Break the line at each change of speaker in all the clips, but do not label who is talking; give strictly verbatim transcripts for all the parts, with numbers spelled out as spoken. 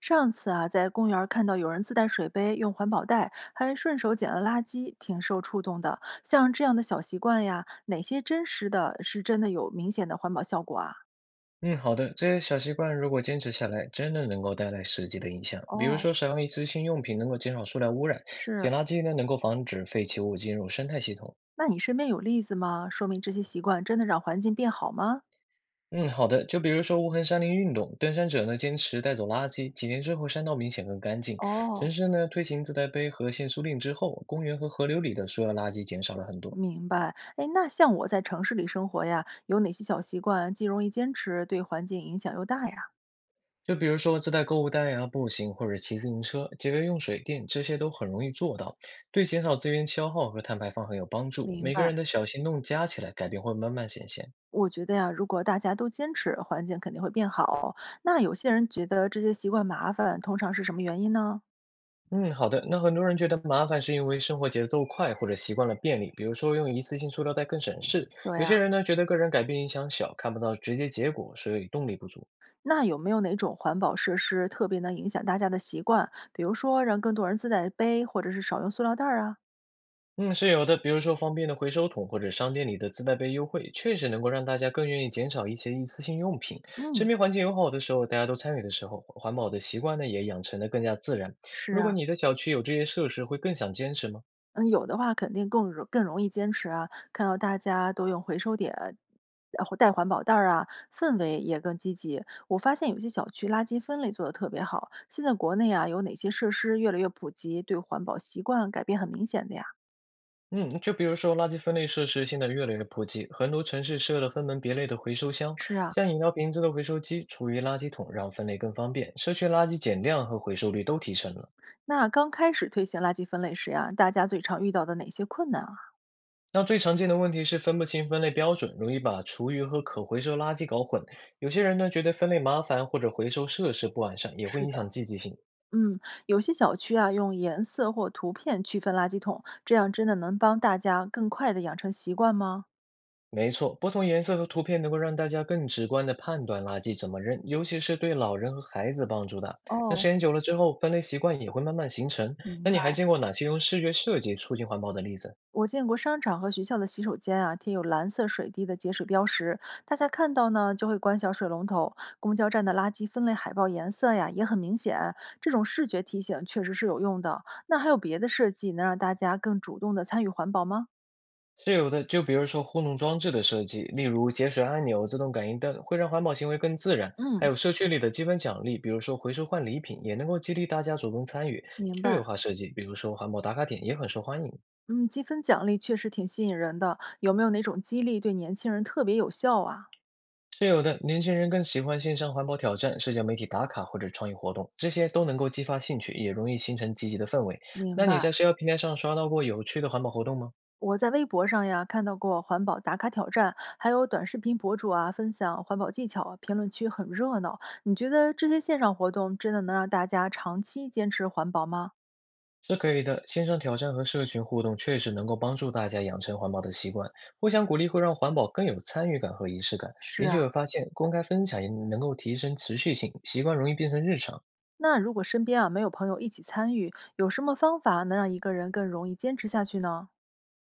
上次啊，在公园儿看到有人自带水杯，用环保袋，还顺手捡了垃圾，挺受触动的。像这样的小习惯呀，哪些真实的是真的有明显的环保效果啊？
嗯，好的。这些小习惯如果坚持下来，真的能够带来实际的影响。比如
哦，
说，少用一次性用品能够减少塑料污染，
是。
捡垃圾呢能够防止废弃物进入生态系统。
那你身边有例子吗？说明这些习惯真的让环境变好吗？
嗯，好的。就比如说无痕山林运动，登山者呢坚持带走垃圾，几年之后山道明显更干净。
哦，
城市呢推行自带杯和限塑令之后，公园和河流里的塑料垃圾减少了很多。
明白。哎，那像我在城市里生活呀，有哪些小习惯既容易坚持，对环境影响又大呀？
就比如说自带购物袋呀、步行或者骑自行车，节约用水电，这些都很容易做到，对减少资源消耗和碳排放很有帮助。
明
每个
白。
人的小行动加起来，改变会慢慢显现。
我觉得呀，如果大家都坚持，环境肯定会变好。那有些人觉得这些习惯麻烦，通常是什么原因呢？
嗯，好的。那很多人觉得麻烦是因为生活节奏快或者习惯了便利，比如说用一次性塑料袋更省事。
对
有
呀，
些人呢觉得个人改变影响小，看不到直接结果，所以动力不足。
那有没有哪种环保设施特别能影响大家的习惯？比如说让更多人自带杯，或者是少用塑料袋儿啊？
嗯，是有的，比如说方便的回收桶或者商店里的自带杯优惠，确实能够让大家更愿意减少一些一次性用品。
嗯，
身边环境友好的时候，大家都参与的时候，环保的习惯呢也养成的更加自然。
是
如果
啊。
你的小区有这些设施，会更想坚持吗？
嗯，有的话肯定更容更容易坚持啊。看到大家都用回收点，然后带环保袋儿啊，氛围也更积极。我发现有些小区垃圾分类做得特别好。现在国内啊，有哪些设施越来越普及，对环保习惯改变很明显的呀？
嗯，就比如说垃圾分类设施现在越来越普及，很多城市设了分门别类的回收箱，
是啊，
像饮料瓶子的回收机、厨余垃圾桶，让分类更方便，社区垃圾减量和回收率都提升了。
那刚开始推行垃圾分类时呀、大家最常遇到的哪些困难啊？
那最常见的问题是分不清分类标准，容易把厨余和可回收垃圾搞混。有些人呢觉得分类麻烦，或者回收设施不完善，也会
是
影
的。
响积极性。
嗯，有些小区啊，用颜色或图片区分垃圾桶，这样真的能帮大家更快的养成习惯吗？
没错，不同颜色和图片能够让大家更直观地判断垃圾怎么扔，尤其是对老人和孩子帮助大。那
哦，
时间久了之后，分类习惯也会慢慢形成。
明
那你还
白。
见过哪些用视觉设计促进环保的例子？
我见过商场和学校的洗手间啊，贴有蓝色水滴的节水标识，大家看到呢就会关小水龙头。公交站的垃圾分类海报颜色呀也很明显，这种视觉提醒确实是有用的。那还有别的设计能让大家更主动的参与环保吗？
是有的，就比如说互动装置的设计，例如节水按钮、自动感应灯，会让环保行为更自然。还
嗯，
有社区里的积分奖励，比如说回收换礼品，也能够激励大家主动参与。
明
趣
白。
味化设计，比如说环保打卡点，也很受欢迎。
嗯，积分奖励确实挺吸引人的，有没有哪种激励对年轻人特别有效啊？
是有的，年轻人更喜欢线上环保挑战、社交媒体打卡或者创意活动，这些都能够激发兴趣，也容易形成积极的氛围。
明
那你
白。
在社交平台上刷到过有趣的环保活动吗？
我在微博上呀看到过环保打卡挑战，还有短视频博主啊分享环保技巧啊，评论区很热闹。你觉得这些线上活动真的能让大家长期坚持环保吗？
是可以的，线上挑战和社群互动确实能够帮助大家养成环保的习惯，互相鼓励会让环保更有参与感和仪式感。
是
研究
啊，
有发现，公开分享也能够提升持续性，习惯容易变成日常。
那如果身边啊没有朋友一起参与，有什么方法能让一个人更容易坚持下去呢？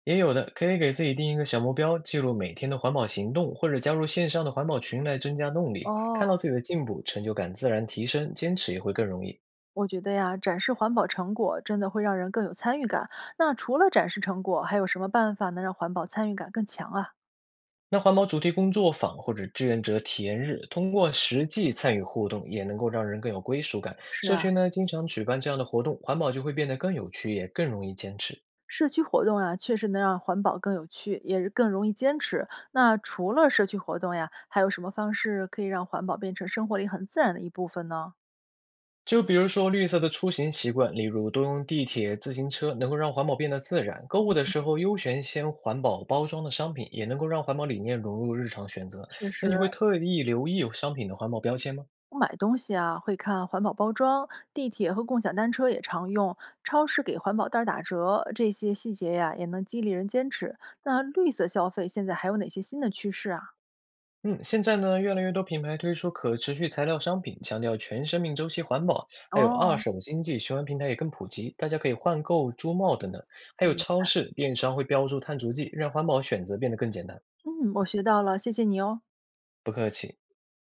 也有的可以给自己定一个小目标，记录每天的环保行动，或者加入线上的环保群来增加动力。
哦，
看到自己的进步，成就感自然提升，坚持也会更容易。
我觉得呀，展示环保成果真的会让人更有参与感。那除了展示成果，还有什么办法能让环保参与感更强啊？
那环保主题工作坊或者志愿者体验日，通过实际参与互动，也能够让人更有归属感。
是
社
啊。
区呢，经常举办这样的活动，环保就会变得更有趣，也更容易坚持。
社区活动啊，确实能让环保更有趣，也是更容易坚持。那除了社区活动呀，还有什么方式可以让环保变成生活里很自然的一部分呢？
就比如说绿色的出行习惯，例如多用地铁、自行车，能够让环保变得自然。购物的时候优选先环保包装的商品，也能够让环保理念融入日常选择。
确实，
那你会特意留意有商品的环保标签吗？
我买东西啊会看环保包装，地铁和共享单车也常用，超市给环保袋儿打折，这些细节呀也能激励人坚持。那绿色消费现在还有哪些新的趋势啊？
嗯，现在呢，越来越多品牌推出可持续材料商品，强调全生命周期环保，还有二
哦，
手经济循环平台也更普及，大家可以换购珠帽等等，还有
明
超
白。
市、电商会标注碳足迹，让环保选择变得更简单。
嗯，我学到了，谢谢你哦。
不客气。